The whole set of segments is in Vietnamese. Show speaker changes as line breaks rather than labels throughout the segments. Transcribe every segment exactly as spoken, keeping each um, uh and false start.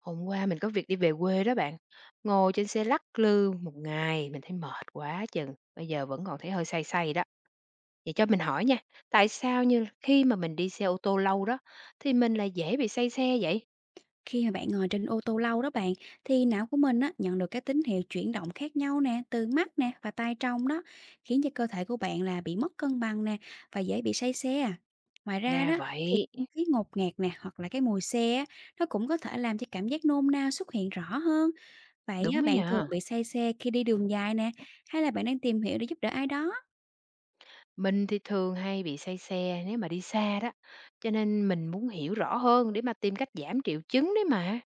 Hôm qua mình có việc đi về quê đó bạn. Ngồi trên xe lắc lư một ngày mình thấy mệt quá chừng. Bây giờ vẫn còn thấy hơi say say đó. Vậy cho mình hỏi nha, tại sao như khi mà mình đi xe ô tô lâu đó thì mình lại dễ bị say xe vậy?
Khi mà bạn ngồi trên ô tô lâu đó bạn, thì não của mình á, nhận được các tín hiệu chuyển động khác nhau nè, từ mắt nè và tai trong đó, khiến cho cơ thể của bạn là bị mất cân bằng nè và dễ bị say xe à. Ngoài ra
Ra
đó thì
vậy,
không khí ngột ngạt nè hoặc là cái mùi xe á, nó cũng có thể làm cho cảm giác nôn nao xuất hiện rõ hơn. Vậy
đúng
á,
đó
bạn thường
nhờ.
bị say xe khi đi đường dài nè, hay là bạn đang tìm hiểu để giúp đỡ ai đó?
Mình thì thường hay bị say xe nếu mà đi xa đó. Cho nên mình muốn hiểu rõ hơn để mà tìm cách giảm triệu chứng đấy mà.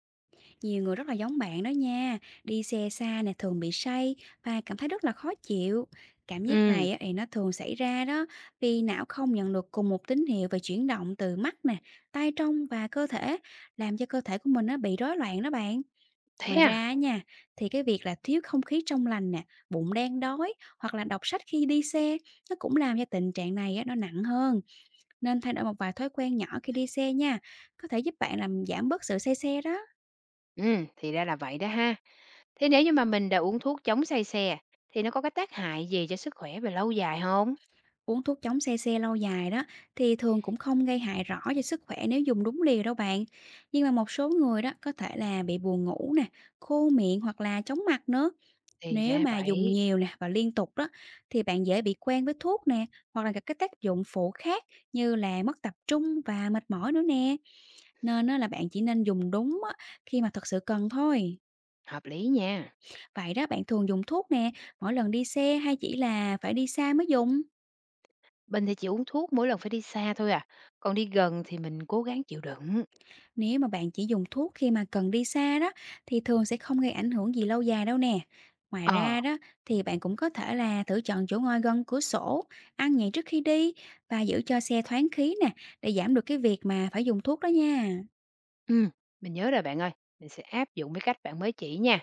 Nhiều người rất là giống bạn đó nha, đi xe xa nè thường bị say và cảm thấy rất là khó chịu. Cảm giác
Ừ,
này á, thì nó thường xảy ra đó vì não không nhận được cùng một tín hiệu về chuyển động từ mắt nè, tai trong và cơ thể, làm cho cơ thể của mình nó bị rối loạn đó bạn.
thế
Ngoài
à?
ra á nha, thì cái việc là thiếu không khí trong lành nè, bụng đang đói hoặc là đọc sách khi đi xe, nó cũng làm cho tình trạng này á, nó nặng hơn. Nên thay đổi một vài thói quen nhỏ khi đi xe nha, có thể giúp bạn làm giảm bớt sự say xe đó.
Ừ, thì ra là vậy đó ha. Thế nếu như mà mình đã uống thuốc chống say xe thì nó có cái tác hại gì cho sức khỏe về lâu dài không?
Uống thuốc chống se xe lâu dài đó thì thường cũng không gây hại rõ cho sức khỏe nếu dùng đúng liều đâu bạn. Nhưng mà một số người đó có thể là bị buồn ngủ nè, khô miệng hoặc là chóng mặt nữa.
Thì
Nếu
ra
mà dùng
vậy,
nhiều nè và liên tục đó thì bạn dễ bị quen với thuốc nè, hoặc là các cái tác dụng phụ khác như là mất tập trung và mệt mỏi nữa nè. Nên á là bạn chỉ nên dùng đúng á, khi mà thật sự cần thôi.
hợp lý nha.
Vậy đó, bạn thường dùng thuốc nè mỗi lần đi xe, hay chỉ là phải đi xa mới dùng?
Mình thì chỉ uống thuốc mỗi lần phải đi xa thôi à, còn đi gần thì mình cố gắng chịu đựng.
Nếu mà bạn chỉ dùng thuốc khi mà cần đi xa đó, thì thường sẽ không gây ảnh hưởng gì lâu dài đâu nè. Ngoài ra
Ờ,
đó thì bạn cũng có thể là thử chọn chỗ ngồi gần cửa sổ, ăn nhẹ trước khi đi và giữ cho xe thoáng khí nè, để giảm được cái việc mà phải dùng thuốc đó nha.
ừm, mình nhớ rồi bạn ơi, mình sẽ áp dụng cái cách bạn mới chỉ nha.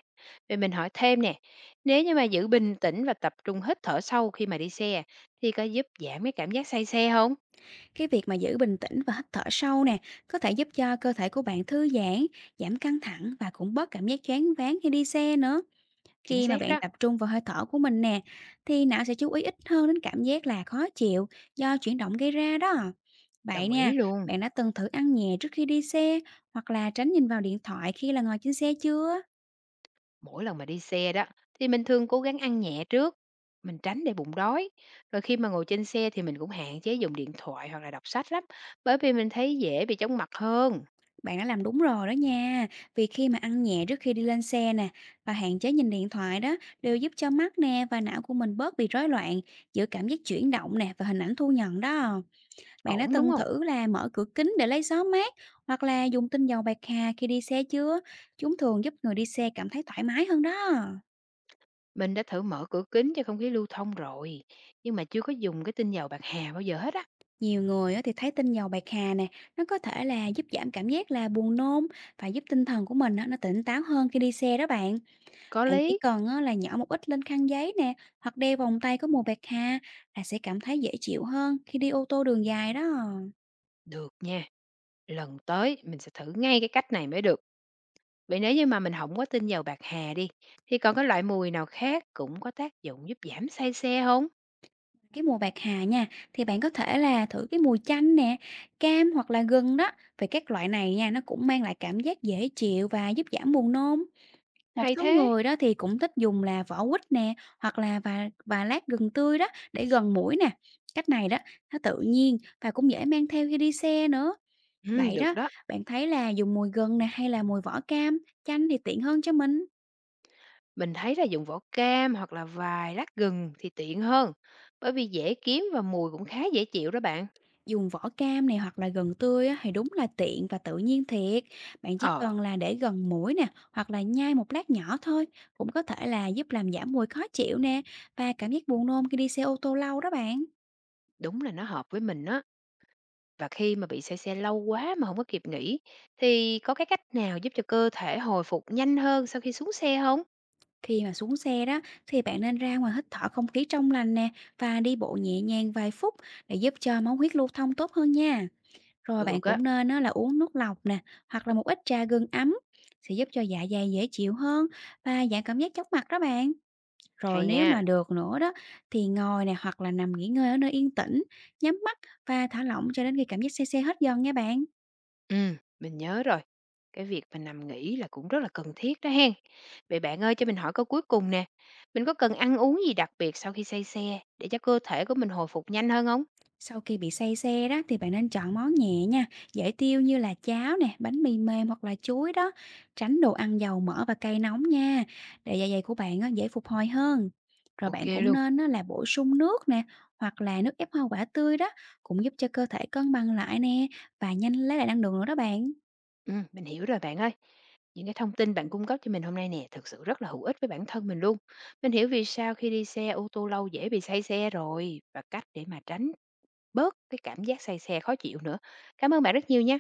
Vậy mình hỏi thêm nè, nếu như mà giữ bình tĩnh và tập trung hít thở sâu khi mà đi xe thì có giúp giảm cái cảm giác say xe không?
Cái việc mà giữ bình tĩnh và hít thở sâu nè, có thể giúp cho cơ thể của bạn thư giãn, giảm căng thẳng và cũng bớt cảm giác choáng váng khi đi xe nữa.
Chính
Khi mà
xác
bạn
đó,
tập trung vào hơi thở của mình nè, thì não sẽ chú ý ít hơn đến cảm giác là khó chịu do chuyển động gây ra đó. Vậy
đồng
nha,
ý luôn.
bạn đã từng thử ăn nhẹ trước khi đi xe, hoặc là tránh nhìn vào điện thoại khi là ngồi trên xe chưa?
Mỗi lần mà đi xe đó thì mình thường cố gắng ăn nhẹ trước, mình tránh để bụng đói, rồi khi mà ngồi trên xe thì mình cũng hạn chế dùng điện thoại hoặc là đọc sách lắm, bởi vì mình thấy dễ bị chóng mặt hơn.
Bạn đã làm đúng rồi đó nha. Vì khi mà ăn nhẹ trước khi đi lên xe nè và hạn chế nhìn điện thoại đó, đều giúp cho mắt nè và não của mình bớt bị rối loạn giữa cảm giác chuyển động nè và hình ảnh thu nhận đó. Bạn đã
Ổn đúng
từng
không?
thử là mở cửa kính để lấy gió mát, hoặc là dùng tinh dầu bạc hà khi đi xe chưa? Chúng thường giúp người đi xe cảm thấy thoải mái hơn đó.
Mình đã thử mở cửa kính cho không khí lưu thông rồi, nhưng mà chưa có dùng cái tinh dầu bạc hà bao giờ hết á.
Nhiều người á thì thấy tinh dầu bạc hà nè, nó có thể là giúp giảm cảm giác là buồn nôn và giúp tinh thần của mình á, nó tỉnh táo hơn khi đi xe đó bạn.
Có
Bạn chỉ
lý.
cần á là nhỏ một ít lên khăn giấy nè, hoặc đeo vòng tay có mùi bạc hà, là sẽ cảm thấy dễ chịu hơn khi đi ô tô đường dài đó.
Được nha, lần tới mình sẽ thử ngay cái cách này mới được. Vậy nếu như mà mình không có tinh dầu bạc hà đi thì còn cái loại mùi nào khác cũng có tác dụng giúp giảm say xe không?
Cái mùa bạc hà nha, thì bạn có thể là thử cái mùi chanh nè, cam hoặc là gừng đó. Vì các loại này nha, nó cũng mang lại cảm giác dễ chịu và giúp giảm buồn nôn. Một
Hay
số
thế.
người đó thì cũng thích dùng là vỏ quýt nè, hoặc là và và lát gừng tươi đó, để gần mũi nè. Cách này đó, nó tự nhiên và cũng dễ mang theo khi đi xe nữa.
Ừ,
Vậy
được
đó,
đó.
bạn thấy là dùng mùi gừng nè, hay là mùi vỏ cam, chanh thì tiện hơn cho mình?
Mình thấy là dùng vỏ cam hoặc là vài lát gừng thì tiện hơn, bởi vì dễ kiếm và mùi cũng khá dễ chịu đó bạn.
Dùng vỏ cam này hoặc là gừng tươi á, thì đúng là tiện và tự nhiên thiệt. Bạn chỉ
Ờ,
cần là để gần mũi nè, hoặc là nhai một lát nhỏ thôi, cũng có thể là giúp làm giảm mùi khó chịu nè và cảm giác buồn nôn khi đi xe ô tô lâu đó bạn.
đúng là nó hợp với mình á. Và khi mà bị say xe lâu quá mà không có kịp nghỉ, thì có cái cách nào giúp cho cơ thể hồi phục nhanh hơn sau khi xuống xe không?
Khi mà xuống xe đó thì bạn nên ra ngoài hít thở không khí trong lành nè và đi bộ nhẹ nhàng vài phút, để giúp cho máu huyết lưu thông tốt hơn nha. Rồi bạn
Được
cũng
á,
nên á, là uống nước lọc nè, hoặc là một ít trà gừng ấm, sẽ giúp cho dạ dày dễ chịu hơn và giảm cảm giác chóng mặt đó bạn. Rồi
hay
nếu
nha.
mà được nữa đó thì ngồi nè, hoặc là nằm nghỉ ngơi ở nơi yên tĩnh, nhắm mắt và thả lỏng cho đến khi cảm giác say xe hết dần nha bạn.
Ừ, mình nhớ rồi. Cái việc mà nằm nghỉ là cũng rất là cần thiết đó hen. Vậy bạn ơi, cho mình hỏi câu cuối cùng nè. Mình có cần ăn uống gì đặc biệt sau khi say xe để cho cơ thể của mình hồi phục nhanh hơn không?
Sau khi bị say xe đó thì bạn nên chọn món nhẹ nha, dễ tiêu như là cháo nè, bánh mì mềm hoặc là chuối đó. Tránh đồ ăn dầu mỡ và cay nóng nha, để dạ dày của bạn á, dễ phục hồi hơn. Rồi bạn
ô kê
cũng
luôn.
nên á, là bổ sung nước nè, hoặc là nước ép hoa quả tươi đó, cũng giúp cho cơ thể cân bằng lại nè và nhanh lấy lại năng lượng nữa đó bạn.
Ừm, mình hiểu rồi bạn ơi. Những cái thông tin bạn cung cấp cho mình hôm nay nè, thực sự rất là hữu ích với bản thân mình luôn. Mình hiểu vì sao khi đi xe ô tô lâu dễ bị say xe rồi và cách để mà tránh bớt cái cảm giác say xe khó chịu nữa. Cảm ơn bạn rất nhiều nha.